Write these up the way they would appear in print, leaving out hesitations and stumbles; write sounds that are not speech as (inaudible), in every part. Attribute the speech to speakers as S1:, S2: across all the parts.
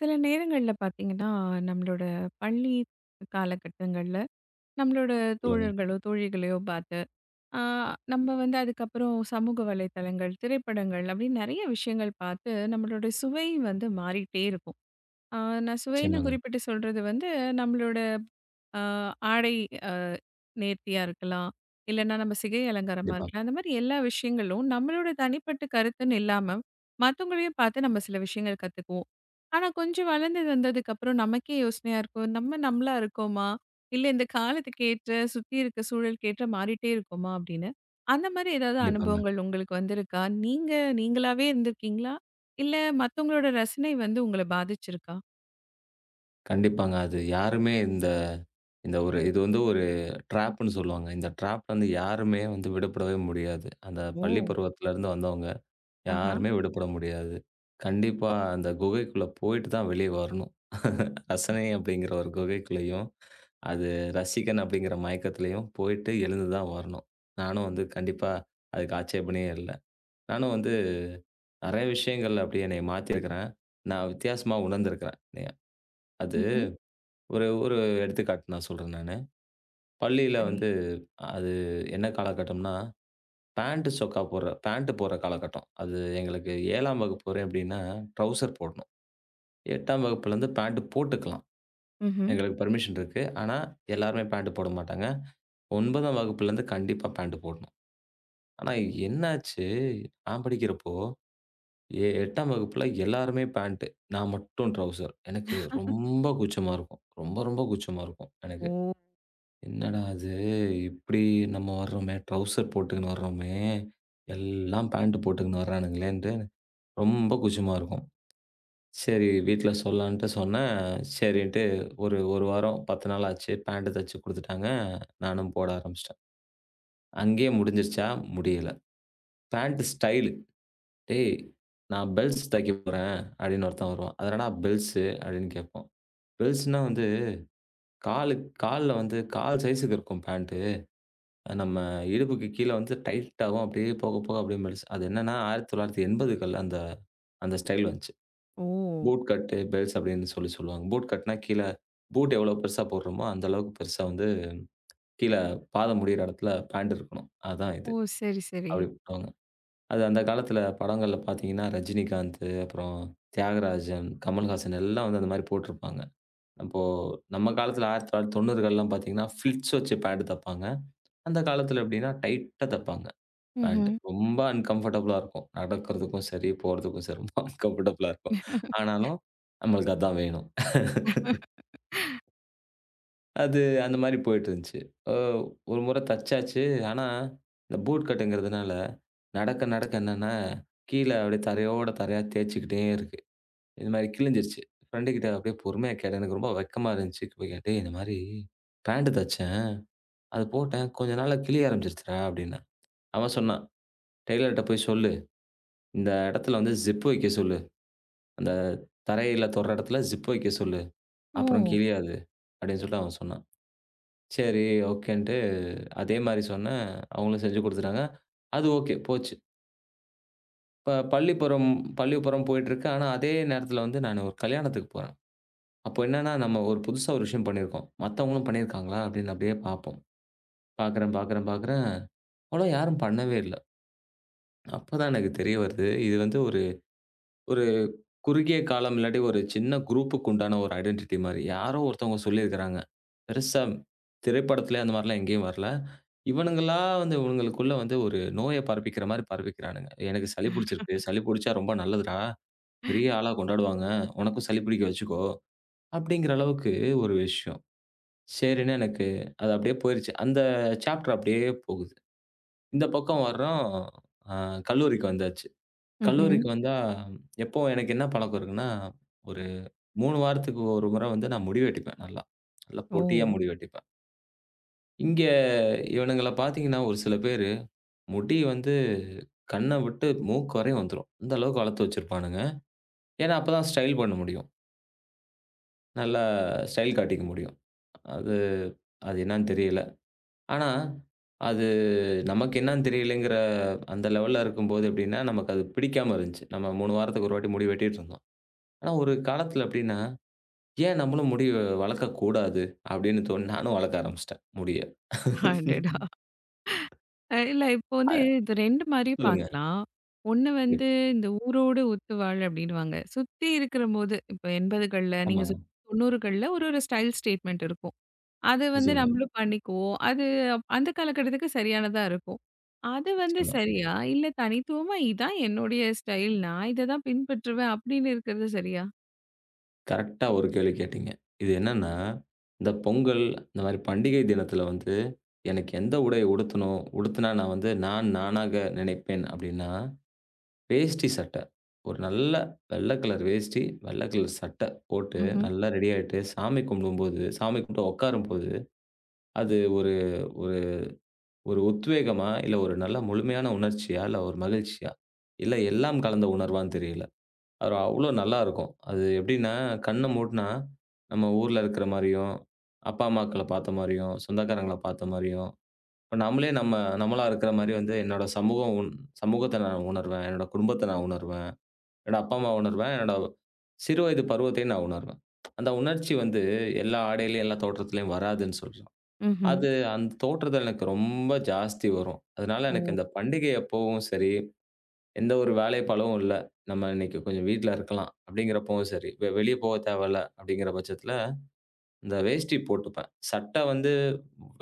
S1: சில நேரங்கள்ல பார்த்தீங்கன்னா, நம்மளோட பள்ளி காலகட்டங்கள்ல, நம்மளோட
S2: சொல்லுங்க.
S1: தோழர்களோ, தோழிகளையோ பார்த்து, ஆ நம்ம வந்து அதுக்கப்புறம் சமூக வலைத்தளங்கள், திரைப்படங்கள் அப்படின்னு நெறைய விஷயங்கள் பார்த்து, நம்மளோட சுவை வந்து மாறிட்டே இருக்கும். ஆ, நான் சுவைன்னு
S2: நிச்சயமாங்க.
S1: குறிப்பிட்டு சொல்றது வந்து, நம்மளோட அ ஆடை அ நேர்த்தியா இருக்கலாம். இல்லன்னா நம்ம சிகை அலங்காரமா
S2: கண்டிப்பா,
S1: இருக்கலாம். அந்த மாரி எல்லா விஷயங்களும் நம்மளோட தனிப்பட்ட கருத்துன்னு இல்லாம, மத்தவங்களையும் பார்த்து நம்ம சில விஷயங்கள் கத்துக்குவோம். ஆனா, கொஞ்சம் வளர்ந்து வந்ததுக்கப்புறம் நமக்கே யோசனையா இருக்கும். நம்ம நம்மளா இருக்கோமா? இல்ல இந்த காலத்துக்கு ஏற்ற, சுத்தி இருக்க சூழலுக்கு ஏற்ற மாறிட்டே இருக்கோமா? அப்படின்னு. அந்த மாரி ஏதாவது
S2: கண்டிப்பாங்க.
S1: அனுபவங்கள் உங்களுக்கு வந்திருக்கா? நீங்க நீங்களாவே இருந்திருக்கீங்களா? இல்ல மத்தவங்களோட ரசனை வந்து உங்கள பாதிச்சிருக்கா?
S2: கண்டிப்பாங்க. அது யாருமே இந்த இந்த ஒரு இது வந்து ஒரு ட்ராப்ன்னு சொல்லுவாங்க. இந்த ட்ராப் வந்து யாருமே வந்து விடப்படவே முடியாது. அந்த
S1: ஓ!
S2: பள்ளி பருவத்திலருந்து வந்தவங்க
S1: ஆஹா.
S2: யாருமே விடப்பட முடியாது. கண்டிப்பா அந்த குகைக்குள்ள போயிட்டு தான் வெளிய வரணும். ரசனை அப்படிங்கிற ஒரு குகைக்குள்ளயும், அது ரசிகன் அப்படிங்கிற மயக்கத்திலயும் போயிட்டு எழுந்து தான் வரணும். நானும் வந்து கண்டிப்பா அதுக்கு ஆட்சேபனையே இல்ல. நானும் வந்து நெறைய விஷயங்கள் அப்படி என்னைய மாத்தியிருக்கிறேன். நான் வித்தியாசமா உணர்ந்திருக்கிறேன். அது
S1: ம்ஹ்ம்.
S2: ஒரு ஒரு எடுத்துக்காட்டு நான் சொல்றேன் நானு. பள்ளியில
S1: சரி.
S2: வந்து அது என்ன காலகட்டம்னா, பேண்ட் போடுற காலகட்டம். அது எங்களுக்கு 7ஆம் வகுப்பு வரை எப்படின்னா, ட்ரவுசர் போடணும். 8ஆம் வகுப்புலேருந்து பேண்ட் போட்டுக்கலாம்.
S1: ம்ஹ்ம்.
S2: எங்களுக்கு பெர்மிஷன் இருக்கு. ஆனா, எல்லாருமே பேண்ட் போட மாட்டாங்க. 9ஆம் வகுப்புலேருந்து கண்டிப்பா பேண்ட் போடணும். ஆனா என்னாச்சு, நான் படிக்கிறப்போ 8ஆம் வகுப்புல எல்லாருமே பேண்ட். நான் மட்டும் ட்ரவுசர். எனக்கு ரொம்ப கூச்சமா இருக்கும். ரொம்ப ரொம்ப கூச்சமா இருக்கும்
S1: ஓ!
S2: எனக்கு. என்னடா இது இப்படி நம்ம வர்றோமே, ட்ரவுசர் போட்டுக்கின்னு வர்றோமே, எல்லாம் பேண்ட் போட்டுக்கின்னு வர்றானுங்களேன்ட்டு ரொம்ப கூச்சமா இருக்கும். சரி வீட்ல சொல்லலான்ட்டு சொன்னேன். சரின்ட்டு ஒரு 1 வாரம் 10 நாள் ஆச்சு. பேண்ட் தச்சு குடுத்துட்டாங்க. நானும் போட ஆரம்பிச்சுட்டேன். அங்கேயே முடிஞ்சிருச்சா? முடியல. Pant style. டேய்! நான் பெல்ஸ் தைக்க போறேன் அப்படின்னு ஒருத்தன் வருவான். அது என்னடா பெல்ஸு அப்படின்னு கேட்போம். பெல்ஸ்ன்னா வந்து காலு கால்ல வந்து கால் சைஸுக்கு இருக்கும் பேண்ட். நம்ம இடுப்புக்கு கீழ வந்து டைட்டாவும் அப்படியே போக போக அப்படியே பெல்ஸ். அது என்னன்னா 1980கள்ல அந்த அந்த ஸ்டைல் வந்துச்சு.
S1: ஓ!
S2: பூட் கட் பெல்ஸ் அப்படின்னு சொல்லி சொல்லுவாங்க. பூட் கட்னா கீழ பூட் எவ்வளோ பெருசா போடுறோமோ அந்த அளவுக்கு பெருசா வந்து கீழ பாதம் முடியிற இடத்துல பேண்ட் இருக்கணும். அதான் இது.
S1: ஓ! சரி, சரி.
S2: அப்படி போடுவாங்க. அது அந்த காலத்தில படங்கள்ல பார்த்தீங்கன்னா, ரஜினிகாந்த், அப்புறம் தியாகராஜன், கமல்ஹாசன் எல்லாம் வந்து அந்த மாரி போட்டிருப்பாங்க. அப்போ நம்ம காலத்தில 1990கள்லாம் பார்த்தீங்கன்னா, ஃபிளிட்ஸ் வச்சு பேண்ட் தைப்பாங்க. அந்த காலத்தில எப்படின்னா, டைட்டா தைப்பாங்க பேண்ட்.
S1: ம்ஹ்ம்.
S2: ரொம்ப அன்கம்ஃபர்டபுளா இருக்கும். நடக்கிறதுக்கும் சரி, போறதுக்கும் சரி ரொம்ப (laughs) அன்கம்ஃபர்டபுளா இருக்கும்.
S1: (laughs)
S2: ஆனாலும் நம்மளுக்கு அதான் வேணும். (laughs) அது அந்த மாரி போயிட்டுருந்துச்சு. அ ஒரு முறை தச்சாச்சு. ஆனா, இந்த பூட் கட்டுங்கிறதுனால, நடக்க நடக்க என்னன்னா, கீழ அப்படியே தரையோட தரையா தேய்ச்சுக்கிட்டே இருக்கு. இது மாரி கிழிஞ்சிருச்சு. ஃப்ரெண்டு கிட்ட அப்படியே பொறுமையா கேட்டேன். எனக்கு ரொம்ப வெட்கமா இருந்துச்சு. போய் கேட்டேன், "டேய் இந்த மாரி பேண்ட் தச்சேன். அது போட்டேன். கொஞ்ச நாள்ல கிழிய ஆரம்பிச்சுருச்சுடா" அப்படின்னேன். அவன் சொன்னான், "டெய்லர்ட்ட போய் சொல்லு. இந்த இடத்துல வந்து ஜிப் வைக்க சொல்லு. அந்த தரையில தொடுற இடத்துல ஜிப் வைக்க சொல்லு.
S1: ஓ!
S2: அப்புறம் கிழியாது" அப்படின்னு சொல்லிட்டு அவன் சொன்னான். சரி, ஓகேன்ட்டு அதே மாரி சொன்னேன். அவங்களும் செஞ்சு குடுத்துட்டாங்க. அது ஓகே போச்சு. இப்ப பள்ளி பருவம் போயிட்டுருக்கு. ஆனா, அதே நேரத்தில வந்து நானு ஒரு கல்யாணத்துக்கு போறேன். அப்போ என்னன்னா, நம்ம ஒரு புதுசா ஒரு விஷயம் பண்ணியிருக்கோம். மத்தவங்களும் பண்ணியிருக்காங்களா? அப்படின்னு அப்படியே பார்ப்போம். பார்க்குறேன், பார்க்குறேன், பார்க்குறேன். அவ்வளவா யாரும் பண்ணவே இல்ல. அப்பதான் எனக்கு தெரிய வருது, இது வந்து ஒரு ஒரு குறுகிய காலம் இல்லாட்டி ஒரு சின்ன குரூப்புக்கு உண்டான ஒரு ஐடென்டிட்டி மாரி. யாரோ ஒருத்தவங்க சொல்லியிருக்கிறாங்க. பெருசா திரைப்படத்திலே அந்த மாரிலாம் எங்கேயும் வரல. இவனுங்களா வந்து இவனுங்களுக்குள்ள வந்து ஒரு நோய பரப்பிக்கிற மாரி பரப்பிக்கிறானுங்க. எனக்கு சளி புடிச்சிருக்கு. சளி புடிச்சா ரொம்ப நல்லதுடா. பெரிய ஆளா கொண்டாடுவாங்க. உனக்கும் சளி பிடிக்க வச்சுக்கோ. அப்படிங்கிற அளவுக்கு ஒரு விஷயம். சரின்னு எனக்கு அது அப்படியே போயிருச்சு. அந்த சாப்டர் அப்படியே போகுது. இந்த பக்கம் வர்றோம். அ கல்லூரிக்கு வந்தாச்சு.
S1: ம்ஹ்ம்.
S2: கல்லூரிக்கு வந்தா, எப்போ எனக்கு என்ன பழக்கம் இருக்குன்னா, ஒரு 3 வாரத்துக்கு ஒரு முறை வந்து நான் முடி வெட்டிப்பேன் நல்லா. நல்லா
S1: ஓ!
S2: பொட்டியா முடி வெட்டிப்பேன். இங்க இவனுங்கள பார்த்தீங்கன்னா, ஒரு சில பேரு முடி வந்து கண்ண விட்டு மூக்கு வரையும் வந்துரும். அந்த அளவுக்கு வளர்த்து வச்சிருப்பானுங்க. ஏன்னா, அப்பதான் ஸ்டைல் பண்ண முடியும். நல்லா ஸ்டைல் காட்டிக்க முடியும். அது அது என்னன்னு தெரியல. ஆனா, அது நமக்கு என்னன்னு தெரியலங்கிற அந்த லெவல்ல இருக்கும்போது எப்படின்னா, நமக்கு அது பிடிக்காம இருந்துச்சு. நம்ம 3 வாரத்துக்கு ஒரு வாட்டி முடி வெட்டிட்டு இருந்தோம். ஆனா, ஒரு காலத்துல எப்படின்னா ஏன் நம்மளும் முடி வளர்க்கக்கூடாது? அப்படின்னு தோணி நானும் வளர்க்க ஆரம்பிச்சுட்டேன் முடிய.
S1: அடடா! இல்ல இப்போ வந்து இது 2 மாரியும்
S2: சொல்லுங்க.
S1: பார்க்கலாம். ஒண்ணு வந்து
S2: கண்டிப்பா.
S1: இந்த ஊரோடு ஒத்து வாழ் அப்டின்னுவாங்க. சுத்தி இருக்குறபோது, இப்போ 80கள்ல நீங்க
S2: ஆமாங்க.
S1: 90கள்ல ஒரு ஒரு ஸ்டைல் ஸ்டேட்மெண்ட் இருக்கும். அது வந்து
S2: நிச்சயமா,
S1: நம்மளும் பண்ணிக்குவோம். அது அந்த காலகட்டத்துக்கு சரியானதா இருக்கும். அது வந்து
S2: நிச்சயமா.
S1: சரியா? இல்ல தனித்துவமா இதான் என்னுடைய ஸ்டைல். நான் இத தான் பின்பற்றுவேன் அப்படின்னு இருக்கிறது சரியா?
S2: கரெக்ட்டா ஒரு கேள்வி கேட்டீங்க. இது என்னன்னா, இந்த பொங்கல் இந்த மாரி பண்டிகை தினத்தில வந்து எனக்கு எந்த உடை உடுத்தணும்? உடுத்துனா நான் வந்து நான் நானாக நினைப்பேன் அப்படின்னா, வேஷ்டி சட்டை. ஒரு நல்ல வெள்ள கலர் வேஷ்டி, வெள்ள கலர் சட்டை போட்டு
S1: ம்ஹ்ம்.
S2: நல்லா ரெடி ஆயிட்டு சாமி கும்பிடும்போது, சாமி கும்பிட்டு உட்காரும்போது, அது ஒரு ஒரு ஒரு உத்வேகமா, இல்ல ஒரு நல்ல முழுமையான உணர்ச்சியா, இல்ல ஒரு மகிழ்ச்சியா, இல்ல எல்லாம் கலந்த உணர்வான்னு தெரியல. அது அவ்ளோ நல்லா இருக்கும். அது எப்படின்னா, கண்ண மூடுனா, நம்ம ஊர்ல இருக்கிற மாரியும், அப்பா, அம்மாக்கள பார்த்த மாரியும், சொந்தக்காரங்கள பார்த்த மாரியும், இப்ப நம்மளே நம்ம நம்மளா இருக்கிற மாரி வந்து என்னோட சமூகம் சமூகத்த நான் உணர்வேன். என்னோட குடும்பத்த நான் உணர்வேன். என்னோட அப்பா, அம்மாவ உணர்வேன். என்னோட சிறுவயது பருவத்தையும் நான் உணர்வேன். அந்த உணர்ச்சி வந்து எல்லா ஆடையிலயும், எல்லா தோற்றத்திலயும் வராதுன்னு சொல்றேன்.
S1: ம்ஹ்ம்.
S2: அது அந்த தோற்றத்துல எனக்கு ரொம்ப ஜாஸ்தி வரும். அதனால
S1: ஓ!
S2: எனக்கு இந்த பண்டிகை அப்பவும் சரி, எந்த ஒரு வேலைப்பளுவும் இல்ல. நம்ம இன்னைக்கு கொஞ்சம் வீட்ல இருக்கலாம் அப்படிங்கிறப்பவும் சரி, வெளிய போக தேவையில்ல அப்படிங்கிற பட்சத்துல, இந்த வேஷ்டி போட்டுப்பேன். சட்டை வந்து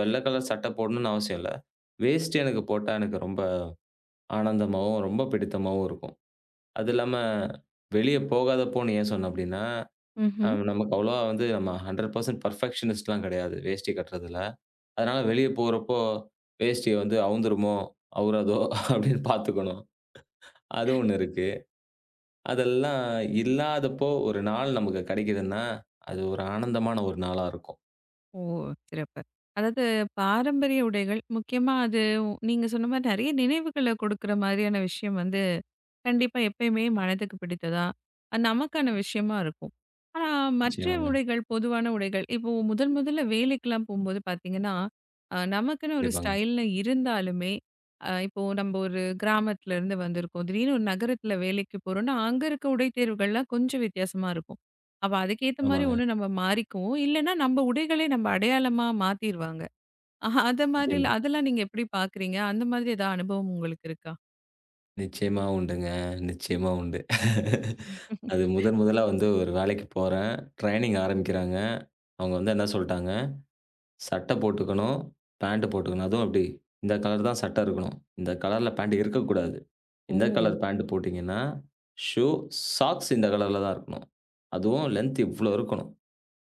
S2: வெள்ள கலர் சட்டை போடணும்னு அவசியம் இல்ல. வேஷ்டி எனக்கு போட்டா எனக்கு ரொம்ப ஆனந்தமாவும், ரொம்ப பிடித்தமாவும் இருக்கும். அது இல்லாம வெளிய போகாதப்போன்னு ஏன் சொன்னேன் அப்படின்னா
S1: ம்ஹ்ம்.
S2: நமக்கு அவ்வளவா வந்து நம்ம 100% பெர்ஃபெக்ஷனிஸ்ட்லாம் கிடையாது, வேஷ்டி கட்டுறதுல. அதனால வெளிய போறப்போ, வேஷ்டிய வந்து அவுந்துருமோ! அவுராதோ! அப்டின்னு பார்த்துக்கணும். (laughs) அது ஒண்ணு இருக்கு. அதெல்லாம் இல்லாதப்போ ஒரு நாள் நமக்கு கிடைக்குதுன்னா, அது ஒரு ஆனந்தமான ஒரு நாளா இருக்கும்.
S1: ஓ! சிறப்பு. அதாவது பாரம்பரிய உடைகள் முக்கியமா அது நீங்க சொன்ன மாரி நெறைய நினைவுகள குடுக்குற மாதிரியான விஷயம் வந்து கண்டிப்பா எப்பயுமே மனதுக்கு பிடித்ததா, அது நமக்கான விஷயமா இருக்கும். ஆனா, மற்ற
S2: நிச்சயமாங்க.
S1: உடைகள், பொதுவான உடைகள் இப்போ முதல் முதல்ல வேலைக்கெல்லாம் போம்போது பார்த்தீங்கன்னா, நமக்குன்னு ஒரு
S2: கண்டிப்பாங்க.
S1: ஸ்டைல்னு இருந்தாலுமே, இப்போ நம்ம ஒரு கிராமத்துல இருந்து வந்திருக்கோம். திடீர்னு ஒரு நகரத்துல வேலைக்கு போறோம்னா, அங்க இருக்க உடை தேர்வுகள்லாம் கொஞ்சம் வித்தியாசமா இருக்கும். அப்ப அதுக்கேத்த மாரி
S2: ஆமாங்க.
S1: ஒண்ணு நம்ம மாறிக்குவோம். இல்லன்னா நம்ம உடைகளே நம்ம அடையாளமா மாத்திருவாங்க. அத மாரி
S2: நிச்சயமா.
S1: அதெல்லாம் நீங்க எப்படி பார்க்குறீங்க? அந்த மாதிரி ஏதாவது அனுபவம் உங்களுக்கு இருக்கா?
S2: நிச்சயமா உண்டுங்க. நிச்சயமா உண்டு. (laughs) அது முதன் முதலா வந்து ஒரு வேலைக்கு போறேன். ட்ரெய்னிங் ஆரம்பிக்கிறாங்க. அவுங்க வந்து என்ன சொல்ட்டாங்க சட்டை போட்டுக்கணும், பேண்ட் போட்டுக்கணும். அதுவும் எப்டி? இந்த கலர் தான் சட்டை இருக்கணும். இந்த கலர்ல பேண்ட் இருக்கக்கூடாது.
S1: ஓ!
S2: எந்த கலர் பேண்ட் போட்டீங்கன்னா, ஷூ, சாக்ஸ் இந்த கலர்ல தான் இருக்கணும். அதுவும் லெந்த் இவ்ளோ இருக்கணும்.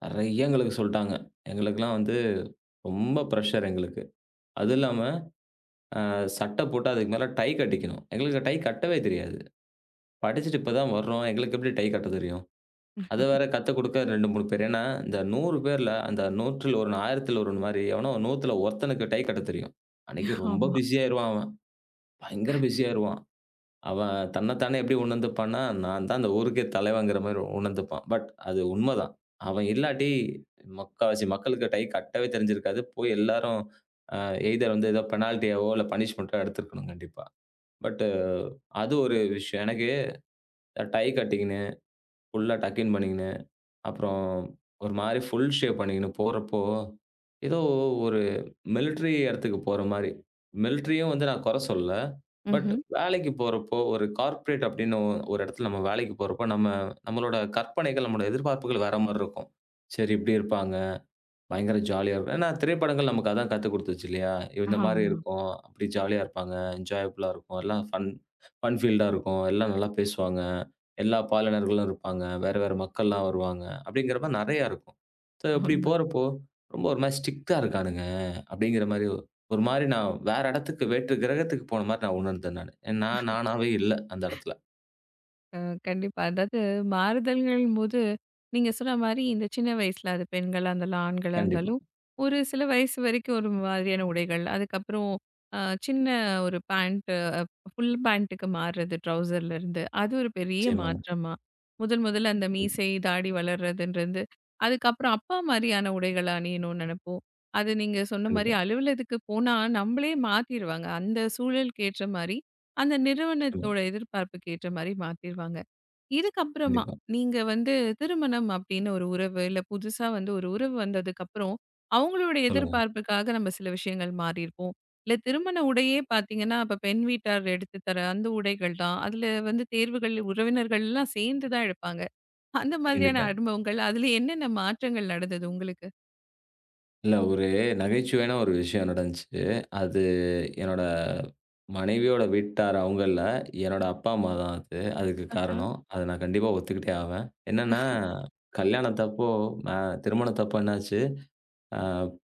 S2: நெறைய எங்களுக்கு சொல்ட்டாங்க. எங்களுக்கெல்லாம் வந்து ரொம்ப பிரஷர் எங்களுக்கு. அதுவும் இல்லாம அ சட்டை போட்டு அதுக்கு மேல டை கட்டிக்கணும். எங்களுக்கு டை கட்டவே தெரியாது. படிச்சுட்டு இப்ப தான் வர்றோம். எங்களுக்கு எப்டி டை கட்ட தெரியும்? அத வேற கத்துக் குடுக்க 2, 3 பேர். ஏன்னா, இந்த 100 பேர்ல அந்த 100ல் 1 1000ல் 1 மாரி எவனோ 100த்துல ஒருத்தனுக்கு டை கட்டத் தெரியும். அன்னைக்கு ரொம்ப
S1: ஆமா.
S2: பிஸி ஆயிருவான் அவன். பயங்கர பிஸி ஆயிருவான். அவன் தன்னத்தானே எப்படி உணர்ந்துப்பான்னா, நான் தான் அந்த ஊருக்கே தலைவன்ங்கிற மாரி உணர்ந்துப்பான். பட் அது உண்மதான். அவன் இல்லாட்டி முக்காவாசி மக்களுக்கு டை கட்டவே தெரிஞ்சிருக்காது. போய் எல்லாரும் அ எய்தர் வந்து ஏதோ பெனால்ட்டியாவோ இல்ல பனிஷ்மென்ட்டோ எடுத்திருக்கணும் கண்டிப்பா. பட் அது ஒரு விஷயம். எனக்கு டை கட்டிக்கின்னு, ஃபுல்லா டக் இன் பண்ணிக்கின்னு அப்புறம் ஒரு மாரி ஃபுல் ஷேவ் பண்ணிக்கின்னு போறப்போ, ஏதோ ஒரு மிலிட்டரி இடத்துக்கு போற மாரி. மிலிட்டரியும் வந்து நான் குறை சொல்லல. பட்
S1: ம்ஹ்ம்.
S2: வேலைக்கு போறப்போ, ஒரு கார்ப்பரேட் அப்படின்னு ஒரு இடத்துல நம்ம வேலைக்கு போறப்போ, நம்ம நம்மளோட கற்பனைகள், நம்மளோட எதிர்பார்ப்புகள் வேற மாரி இருக்கும். சரி இப்படி இருப்பாங்க. பயங்கர ஜாலியா இருக்கும். ஏன்னா திரைப்படங்கள் நமக்கு அதான் கத்துக் குடுத்துச்சு இல்லையா? இந்த மாரி
S1: ஆமா.
S2: இருக்கும். அப்படி ஜாலியா இருப்பாங்க. என்ஜாயபுளா இருக்கும். எல்லாம் ஃபன் ஃபன் ஃபீல்டா இருக்கும். எல்லாம் நல்லா பேசுவாங்க. எல்லா பாலினர்களும் இருப்பாங்க. வேற, வேற மக்கள்லாம் வருவாங்க. அப்படிங்கிற மாரி நெறையா இருக்கும். ஸோ இப்படி
S1: உண்மதான்.
S2: போறப்போ, ரொம்ப ஒரு மாரி ஸ்ட்ரிக்ட்டா இருக்கானுங்க. அப்படிங்கிற மாரி ஒரு மாரி நான் வேற இடத்துக்கு வேற்று கிரகத்துக்கு போன மாரி நான் உணர்ந்தேன் நானு. நான் நானாவே இல்ல அந்த இடத்துல.
S1: அ கண்டிப்பா. அதாவது மாறுதல்கள்ம்போது, நீங்க சொன்ன மாரி இந்த சின்ன வயசுல அது பெண்களா இருந்தாலும், ஆண்களா
S2: கண்டிப்பா.
S1: இருந்தாலும், ஒரு சில வயசு வரைக்கும் ஒரு மாதிரியான உடைகள். அதுக்கப்புறம் அ சின்ன ஒரு பேண்ட் ஃபுல் பேண்ட்டுக்கு மாறுறது ட்ரௌசர்ல இருந்து. அது ஒரு பெரிய
S2: நிச்சயமாங்க.
S1: மாற்றமா. முதல் முதல்ல அந்த
S2: கண்டிப்பா,
S1: மீசை, தாடி வளர்றதுன்றது. அதுக்கப்புறம் அப்பா மாரியான உடைகள அணியணும்னு நெனப்போம். அது நீங்க சொன்ன மாரி
S2: கண்டிப்பா.
S1: அலுவலகத்துக்கு போனா நம்மளே மாத்திருவாங்க. அந்த சூழலுக்கு ஏற்ற மாரி, அந்த
S2: நிச்சயமா.
S1: நிறுவனத்தோட எதிர்பார்ப்புக்கு ஏற்ற மாரி மாத்திருவாங்க. இதுக்கப்புறமா,
S2: கண்டிப்பா.
S1: நீங்க வந்து திருமணம் அப்படின்னு ஒரு உறவு, இல்ல புதுசா வந்து ஒரு உறவு வந்ததுக்கப்புறம், அவங்களோட
S2: சொல்லுங்க.
S1: எதிர்பார்ப்புக்காக நம்ம சில விஷயங்கள் மாறியிருப்போம். இல்ல திருமண உடையே பார்த்தீங்கன்னா, அப்ப பெண் வீட்டார் எடுத்து தர அந்த உடைகள் தான். அதுல வந்து தேர்வுகள் உறவினர்கள்லாம் சேர்ந்து தான் எடுப்பாங்க. அந்த மாதிரியான
S2: கண்டிப்பா.
S1: அனுபவங்கள், அதுல என்னென்ன மாற்றங்கள் நடந்தது உங்களுக்கு?
S2: இல்ல ஒரு நகைச்சுவையான ஒரு விஷயம் நடந்துச்சு. அது என்னோட மனைவியோட வீட்டார் அவங்கல்ல. என்னோட அப்பா, அம்மா தான் அது. அதுக்கு
S1: ஆஹா.
S2: காரணம். அத நான் கண்டிப்பா ஒத்துக்கிட்டே ஆவேன். என்னன்னா, கல்யாணத்தப்போ அ திருமணத்தப்போ என்னாச்சு, அ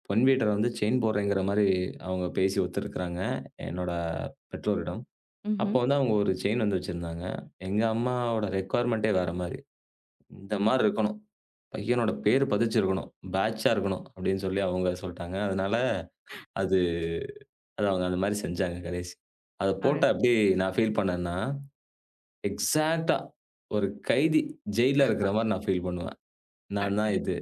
S2: பொன் வீட்டார் வந்து செயின் போடுறேங்கிற மாரி அவங்க பேசி ஒத்துருக்கிறாங்க, என்னோட பெற்றோரிடம்.
S1: ம்ஹ்ம்.
S2: அப்போ வந்து அவங்க ஒரு செயின் வந்து வச்சிருந்தாங்க. எங்க அம்மாவோட ரெக்வயர்மென்ட்டே வேற மாரி. "இந்த மாரி இருக்கணும். பையனோட பேரு பதிச்சிருக்கணும். பேட்ச்சா இருக்கணும்" அப்படின்னு சொல்லி அவங்க சொல்ட்டாங்க. அதனால அது அதான் அவங்க அந்த மாரி செஞ்சாங்க கடைசி. அத
S1: அ
S2: போட்டா எப்டி நான் ஃபீல் பண்ணேன்னா, எக்ஸாக்ட்டா ஒரு கைதி ஜெயில்ல இருக்கிற மாரி நான் ஃபீல் பண்ணுவேன். நான் தான் இது.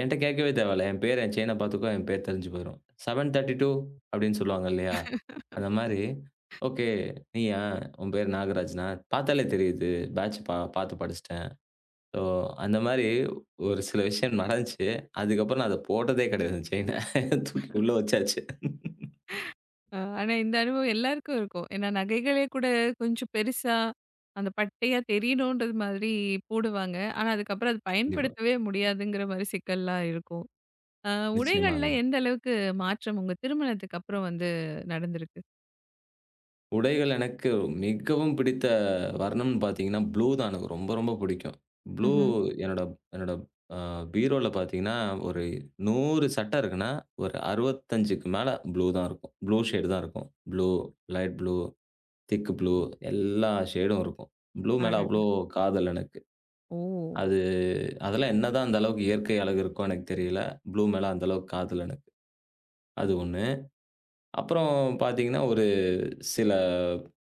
S2: என்ட்ட கேட்கவே தேவையில்ல. என் பேர் என் செயின பாத்துக்கோ, என் பேர் தெரிஞ்சு போயிரும். 732 அப்டின்னு சொல்லுவாங்க இல்லையா?
S1: அடடா!
S2: அந்த மாரி, ஓகே நீயா? உன் பேர் நாகராஜ்னா? பாத்தாலே தெரியுது. பேட்ச் பா பாத்து படிச்சுட்டேன். ஸோ அந்த மாரி ஒரு சில விஷயம் நடந்துச்சு. அதுக்கப்புறம் நான் அத போட்டதே கெடையாது செயின. (laughs) தூக்கி உள்ள வச்சாச்சு.
S1: ஆனா, இந்த அனுபவம் எல்லாருக்கும் இருக்கும். ஏன்னா, நகைகளே கூட கொஞ்சம் பெருசா, அந்த பட்டையா தெரியணுன்றது மாதிரி போடுவாங்க. ஆனா, அதுக்கப்புறம் அது
S2: கண்டிப்பா.
S1: பயன்படுத்தவே முடியாதுங்கிற மாரி சிக்கல்லாம் இருக்கும். அ
S2: நிச்சயமாங்க.
S1: உடைகள்ல எந்த அளவுக்கு மாற்றம் உங்க திருமணத்துக்கு அப்புறம் வந்து நடந்திருக்கு?
S2: உடைகள் எனக்கு மிகவும் பிடித்த வர்ணம்னு பார்த்தீங்கன்னா, ப்ளூ தான் எனக்கு ரொம்ப, ரொம்ப பிடிக்கும். ப்ளூ
S1: ம்ஹ்ம்.
S2: என்னோட என்னோட அ பீரோல பார்த்தீங்கன்னா, ஒரு 100 சட்டை இருக்குன்னா, ஒரு 65க்கு மேல ப்ளூ தான் இருக்கும். ப்ளூ ஷேடு தான் இருக்கும். Blue, light blue, thick blue எல்லா ஷேடும் இருக்கும். ப்ளூ மேல
S1: அடடா!
S2: அவ்ளோ காதல் எனக்கு.
S1: ஓ!
S2: அது அதெல்லாம் என்னதான் அந்த அளவுக்கு இயற்கை அழகு இருக்கோ எனக்கு தெரியல. ப்ளூ மேல அந்த அளவுக்கு காதல் எனக்கு. அது 1. அப்புறம் பார்த்தீங்கன்னா, ஒரு சில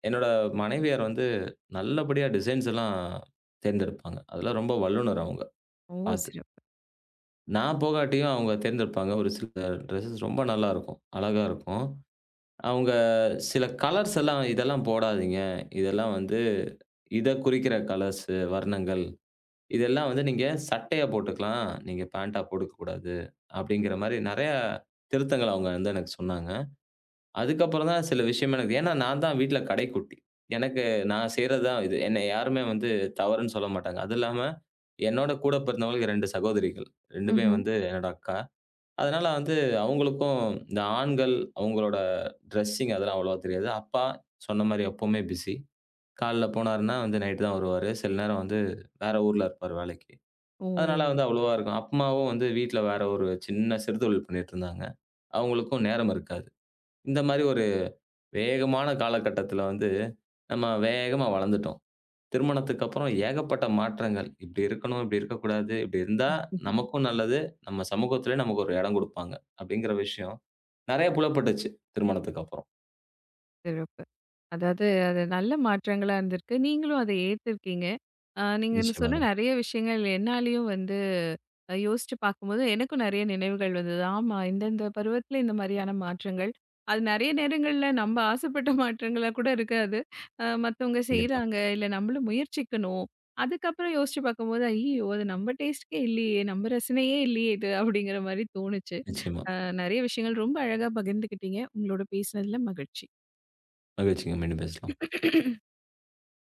S2: என்னோட மனைவியார் வந்து நல்லபடியா டிசைன்ஸ் எல்லாம் தேர்ந்தெடுப்பாங்க. அதுல ரொம்ப வல்லுனர் அவங்க
S1: ஓ!
S2: பார்த்து.
S1: சிறப்பு.
S2: நான் போகாட்டியும் அவங்க தேர்ந்தெடுப்பாங்க. ஒரு சில ட்ரெஸ்ஸஸ் ரொம்ப நல்லாருக்கும். அழகா இருக்கும். அவங்க சில கலர்ஸ் எல்லாம் இதெல்லாம் போடாதீங்க. இதெல்லாம் வந்து இத குறிக்கிற கலர்ஸ், வர்ணங்கள். இதெல்லாம் வந்து நீங்க சட்டையா போட்டுக்கலாம். நீங்க பேண்டா போட்டுக்கக்கூடாது. அப்படிங்கிற மாரி நெறைய திருத்தங்கள் அவங்க வந்து எனக்கு சொன்னாங்க. அதுக்கப்புறம் தான் சில விஷயம் எனக்கு ஏன்னா நான் தான் வீட்ல கடைக்குட்டி. எனக்கு நான் செய்றது தான் இது. என்னை யாருமே வந்து தவறுன்னு சொல்ல மாட்டாங்க. அதுவும் இல்லாம என்னோட கூட பிறந்தவங்களுக்கு 2 சகோதரிகள். 2மே
S1: ம்ஹ்ம்.
S2: வந்து என்னோட அக்கா. அதனால வந்து அவங்களுக்கும் இந்த ஆண்கள் அவங்களோட ட்ரெஸ்ஸிங் அதெல்லாம் அவ்வளவா தெரியாது. அப்பா சொன்ன மாரி எப்பவுமே பிஸி. காலைல போனாருன்னா வந்து நைட் தான் வருவாரு. சில நேரம் வந்து வேற ஊர்ல இருப்பாரு வேலைக்கு.
S1: ஓ!
S2: அதனால வந்து அவ்வளவா இருக்கும். அம்மாவும் வந்து வீட்ல வேற ஒரு சின்ன சிறு தொழில் பண்ணிட்டு இருந்தாங்க. அவங்களுக்கும் நேரம் இருக்காது. இந்த மாரி ஒரு வேகமான காலகட்டத்தில வந்து, நம்ம வேகமா வளர்ந்துட்டோம். திருமணத்துக்கு அப்புறம் ஏகப்பட்ட மாற்றங்கள். இப்படி இருக்கணும், இப்படி இருக்கக்கூடாது, இப்படி இருந்தா
S1: (laughs) ம்ஹும்.
S2: நமக்கும் நல்லது, நம்ம சமூகத்திலயும் நமக்கு ஒரு இடம் குடுப்பாங்க. அப்படிங்கிற விஷயம் நெறைய புலப்பட்டுச்சு திருமணத்துக்கு அப்புறம்.
S1: சிறப்பு. அதாவது அது நல்ல மாற்றங்களா இருந்திருக்கு. நீங்களும் அத ஏத்துருக்கீங்க. நீங்க சொன்ன
S2: நிச்சயமாங்க.
S1: நெறைய விஷயங்கள் என்னாலயும் வந்து யோசிச்சு பார்க்கும்போது எனக்கும் நிறைய நினைவுகள் வந்தது. ஆமா, இந்தந்த பருவத்துல இந்த மாதிரியான மாற்றங்கள், அது நிறைய நேரங்கள்ல நம்ம ஆசைப்பட்ட மாற்றங்களா கூட இருக்காது. மத்தவங்க
S2: கண்டிப்பா.
S1: செய்றாங்க, இல்ல நம்மளும் முயற்சிக்கணும். அதுக்கப்புறம் யோசிச்சு பார்க்கும்போது ஐயோ அது நம்ம டேஸ்ட்க்கே இல்லையே, நம்ம ரசனையே இல்லையே இது அப்படிங்கிற மாதிரி தோணுச்சு.
S2: நிச்சயமா.
S1: நிறைய விஷயங்கள் ரொம்ப அழகா பகிர்ந்துக்கிட்டீங்க. உங்களோட பேசுனதுல மகிழ்ச்சி.
S2: மகிழ்ச்சிங்க. மீண்டும் பேசலாம்.